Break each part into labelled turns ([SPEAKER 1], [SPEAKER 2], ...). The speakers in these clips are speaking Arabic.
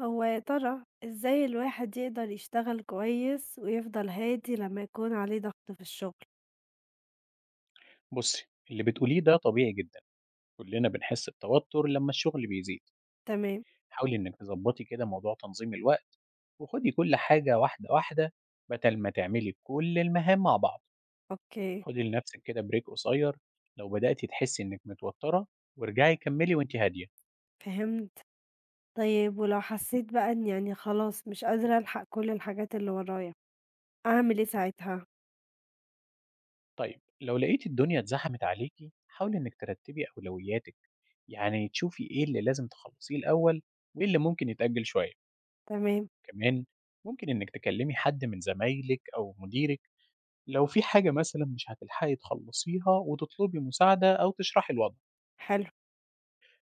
[SPEAKER 1] هو يا ترى إزاي الواحد يقدر يشتغل كويس ويفضل هادي لما يكون عليه ضغط في الشغل؟
[SPEAKER 2] بصي اللي بتقوليه ده طبيعي جدا. كلنا بنحس بتوتر لما الشغل بيزيد.
[SPEAKER 1] تمام،
[SPEAKER 2] حاولي انك تظبطي كده موضوع تنظيم الوقت، وخدي كل حاجة واحدة واحدة بدل ما تعملي كل المهام مع بعض.
[SPEAKER 1] أوكي،
[SPEAKER 2] خدي لنفسك كده بريك قصير لو بدأتي تحسي انك متوترة، وارجعي كملي وانت هادية.
[SPEAKER 1] فهمت، طيب ولو حسيت بقى إني يعني خلاص مش قادرة ألحق كل الحاجات اللي ورايا، أعمل إيه ساعتها؟
[SPEAKER 2] طيب لو لقيتي الدنيا اتزحمت عليكي حاولي انك ترتبي اولوياتك، يعني تشوفي ايه اللي لازم تخلصيه الاول وايه اللي ممكن يتأجل شوية.
[SPEAKER 1] تمام،
[SPEAKER 2] كمان ممكن انك تكلمي حد من زمايلك او مديرك لو في حاجة مثلًا مش هتلحقي تخلّصيها وتطلبي مساعدة أو تشرحي الوضع،
[SPEAKER 1] حلو،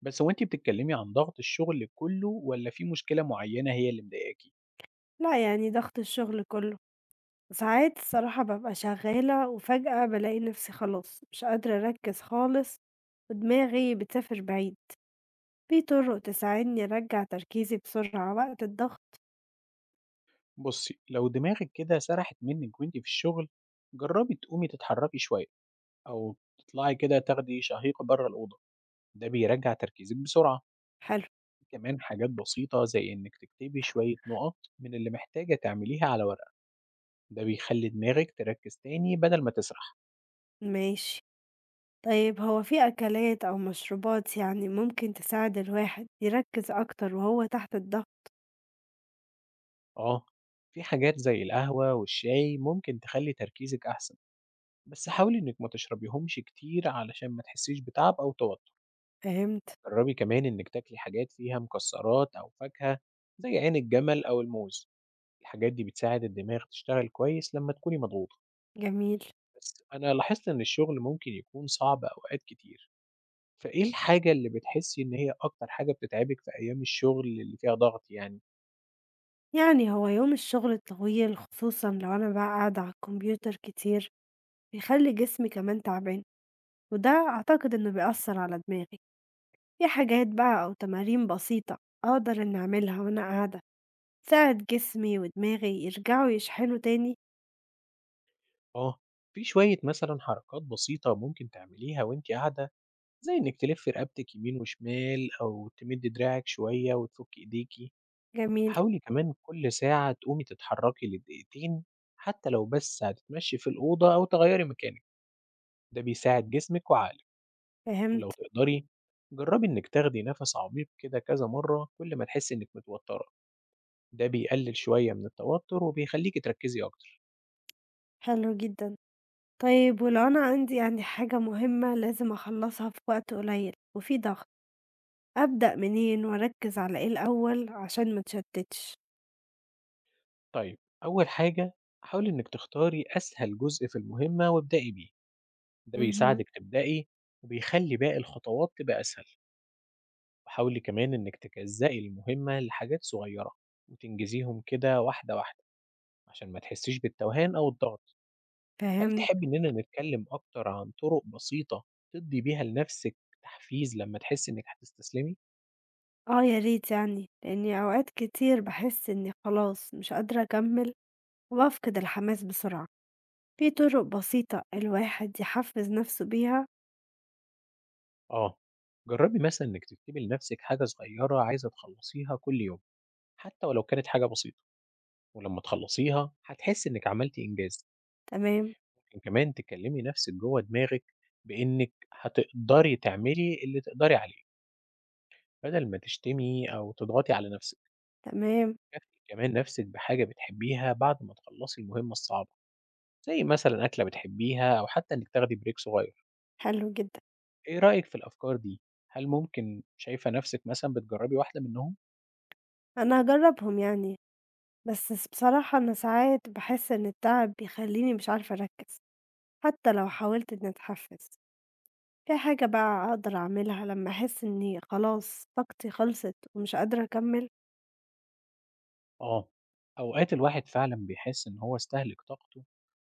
[SPEAKER 2] بس هو أنتِ بتتكلمي عن ضغط الشغل كلّه والّا في مشكلة معيّنة هي اللي مضايقاكِ؟
[SPEAKER 1] لأ يعني ضغط الشغل كله، وساعات الصراحة ببقى شغالة وفجأة بلاقي نفسي خلاص مش قادرة أركز خالص ودماغي بتسافر بعيد، في طرق تساعدني أرجع تركيزي بسرعة وقت الضغط؟
[SPEAKER 2] بُصّي، لو دماغِك كده سرحت منِّك وأنتِ في الشغل، جرّبي تقومي تتحرّكي شوية أو تطلعي كده تاخدي شهيقة برّه الأوضة، ده بيرجّع تركيزِك بسرعة.
[SPEAKER 1] حلو.
[SPEAKER 2] كمان حاجات بسيطة زي إنِّك تكتبي شوية نُقط من اللي محتاجة تعمليها على ورقة، ده بيخلّي دماغِك تركّز تاني بدل ما تسرح.
[SPEAKER 1] ماشي. طيب هو في أكلات أو مشروبات يعني ممكن تساعد الواحد يركّز أكتر وهو تحت الضغط؟
[SPEAKER 2] آه، في حاجات زي القهوة والشاي ممكن تخلّي تركيزِك أحسن، بس حاولي إنِك ما تشربيهمش كتير علشان ما تحسيش بتعب أو توتر.
[SPEAKER 1] فهمت،
[SPEAKER 2] جربي كمان إنِك تاكلي حاجات فيها مكسرات أو فاكهة زي عين الجمل أو الموز، الحاجات دي بتساعد الدماغ تشتغل كويس لمّا تكوني مضغوطة.
[SPEAKER 1] جميل.
[SPEAKER 2] بس أنا لاحظت إن الشغل ممكن يكون صعب أوقات كتير، فإيه الحاجة اللي بتحسي إن هي أكتر حاجة بتتعبِك في أيام الشغل اللي فيها ضغط يعني؟
[SPEAKER 1] يعني هو يوم الشغل الطويل خصوصًا لو أنا بقى قاعدة على الكمبيوتر كتير، بيخلّي جسمي كمان تعبان، وده أعتقد إنه بيأثّر على دماغي. في حاجات بقى أو تمارين بسيطة أقدر إني أعملها وأنا قاعدة، تساعد جسمي ودماغي يرجعوا يشحنوا تاني؟
[SPEAKER 2] آه، في شوية مثلًا حركات بسيطة ممكن تعمليها وأنتِ قاعدة زي إنِّك تلفّي رقبتِك يمين وشمال أو تمدّي دراعِك شوية وتفُكّي إيديكِ.
[SPEAKER 1] جميل،
[SPEAKER 2] حاولي كمان كل ساعة تقومي تتحرّكي لدقيقتين، حتى لو بس هتتمشّي في الأوضة أو تغيّري مكانِك، ده بيساعد جسمِك وعقلِك. ولو
[SPEAKER 1] فهمت،
[SPEAKER 2] تقدري جرّبي إنِّك تاخدي نَفَس عميق كده كذا مرّة كل ما تحسّي إنِّك متوتّرة، ده بيقلل شوية من التوتُّر وبيخلّيكِ تركّزي أكتر.
[SPEAKER 1] حلو جدًا. طيب ولو أنا عندي يعني حاجة مهمة لازم أخلّصها في وقت قليل وفي ضغط، أبدأ منين وأركّز على إيه الأول عشان ما اتشتِّتش؟
[SPEAKER 2] طيب أول حاجة، حاولي إنِّك تختاري أسهل جزء في المهمة وابدئي بيه، ده
[SPEAKER 1] اهم.
[SPEAKER 2] بيساعدِك تبدئي وبيخلّي باقي الخطوات تبقى أسهل. وحاولي كمان إنِّك تجزئي المهمة لحاجات صغيرة، وتنجزيهم كده واحدة واحدة، عشان ما تحسيش بالتوهان أو الضغط. هل
[SPEAKER 1] فاهمني؟
[SPEAKER 2] تحبي إننا نتكلم أكتر عن طرق بسيطة تدّي بيها لنفسِك تحفيز لمّا تحسي إنِّك هتستسلمي؟
[SPEAKER 1] آه يا ريت يعني، لإني أوقات كتير باحس إني خلاص مش قادرة أكمّل وبافقد الحماس بسرعة. في طُرق بسيطة الواحد يحفّز نَفْسه بيها؟
[SPEAKER 2] آه، جربي مثلًا إنِّك تكتبي لنفسِك حاجة صغيرة عايزة تخلصيها كل يوم، حتى ولو كانت حاجة بسيطة، ولمّا تخلصيها هتحسي إنِّك عملتِ إنجاز.
[SPEAKER 1] تمام،
[SPEAKER 2] ممكن كمان تكلمي نفسِك جوّه دماغِك بإنِّك هتقدري تعملي اللي تقدري عليه، بدل ما تشتمي أو تضغطي على نفسِك.
[SPEAKER 1] تمام،
[SPEAKER 2] كافئي كمان نفسِك بحاجة بتحبيها بعد ما تخلّصي المهمة الصعبة، زي مثلًا أكلة بتحبيها أو حتى إنِّك تاخدي بريك صغير.
[SPEAKER 1] حلو جدًا،
[SPEAKER 2] إيه رأيك في الأفكار دي؟ هل ممكن شايفة نفسِك مثلًا بتجرّبي واحدة منهم؟
[SPEAKER 1] أنا هاجرّبهم يعني، بس بصراحة أنا ساعات باحس إن التعب بيخلّيني مش عارفة أركّز. حتى لو حاولت إني أتحفز، في حاجة بقى أقدر أعملها لمّا أحس إني خلاص طاقتي خلصت ومش قادرة أكمّل؟
[SPEAKER 2] آه. أوقات الواحد فعلًا بيحس إن هو استهلك طاقته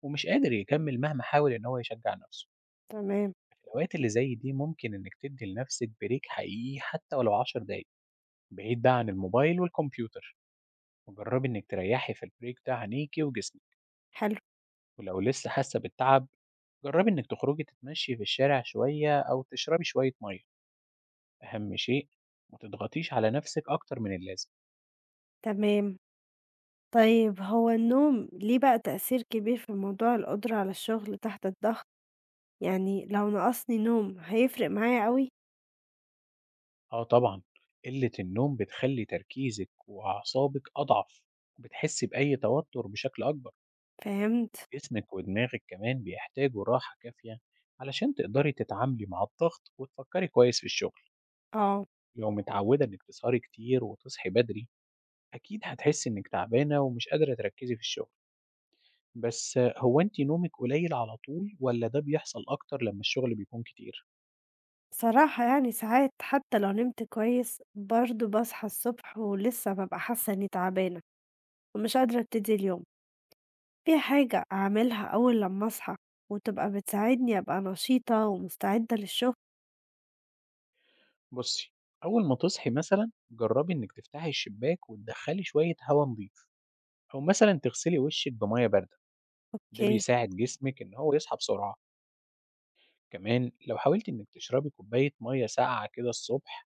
[SPEAKER 2] ومش قادر يكمّل مهما حاول إن هو يشجّع نفسه.
[SPEAKER 1] تمام،
[SPEAKER 2] الأوقات اللي زي دي ممكن إنك تدي لنفسك بريك حقيقي حتى ولو 10 دقايق بعيد بقى عن الموبايل والكمبيوتر، وجربي إنك تريحي في البريك ده عينيكي وجسمك.
[SPEAKER 1] حلو،
[SPEAKER 2] ولو لسه حاسة بالتعب جربي إنك تخرجي تتمشي في الشارع شوية أو تشربي شوية مية. أهم شيء ما تضغطيش على نفسك أكتر من اللازم.
[SPEAKER 1] تمام. طيب هو النوم ليه بقى تأثير كبير في موضوع القدرة على الشغل تحت الضغط؟ يعني لو نقصني نوم هيفرق معايا أوي؟
[SPEAKER 2] آه طبعا، قلة النوم بتخلي تركيزك وأعصابك أضعف وبتحسي بأي توتر بشكل أكبر.
[SPEAKER 1] فهمت،
[SPEAKER 2] جسمِك ودماغِك كمان بيحتاجوا راحة كافية علشان تقدري تتعاملي مع الضغط وتفكّري كويس في الشغل.
[SPEAKER 1] آه.
[SPEAKER 2] لو متعودة إنِّك تسهري كتير وتصحي بدري أكيد هتحسّي إنِّك تعبانة ومش قادرة تركّزي في الشغل، بس هو أنتِ نومِك قليل على طول والّا ده بيحصل أكتر لمّا الشغل بيكون كتير؟
[SPEAKER 1] بصراحة يعني ساعات حتى لو نمت كويس برضه باصحى الصبح ولسه بابقى حاسة إني تعبانة ومش قادرة أبتدي اليوم. في حاجة أعملها أول لمّا أصحى وتبقى بتساعدني أبقى نشيطة ومستعدة للشغل؟
[SPEAKER 2] بُصّي، أول ما تصحي مثلًا جرّبي إنِّك تفتحي الشباك وتدخّلي شوية هوا نضيف أو مثلًا تغسلي وشِّك بمَيّة باردة، ده
[SPEAKER 1] أوكي،
[SPEAKER 2] بيساعد جسمِك إن هو يصحى بسرعة. كمان لو حاولت إنك تشربي كوباية مية ساقعة كده الصبح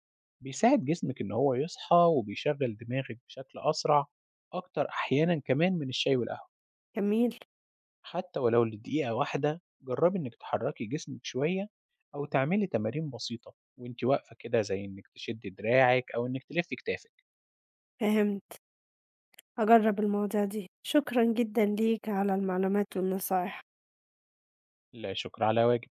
[SPEAKER 2] بيساعد جسمك إن هو يصحى وبيشغل دماغك بشكل أسرع، أكتر أحيانا كمان من الشاي والقهوة.
[SPEAKER 1] جميل،
[SPEAKER 2] حتى ولو لدقيقة واحدة جربي إنك تحركي جسمك شوية أو تعملي تمارين بسيطة وإنت واقفة كده زي إنك تشدي دراعك أو إنك تلفي كتافك.
[SPEAKER 1] فهمت، هاجرّب المواضيع دي، شكرًا جدًا ليك على المعلومات والنصايح.
[SPEAKER 2] لا شكر على واجب.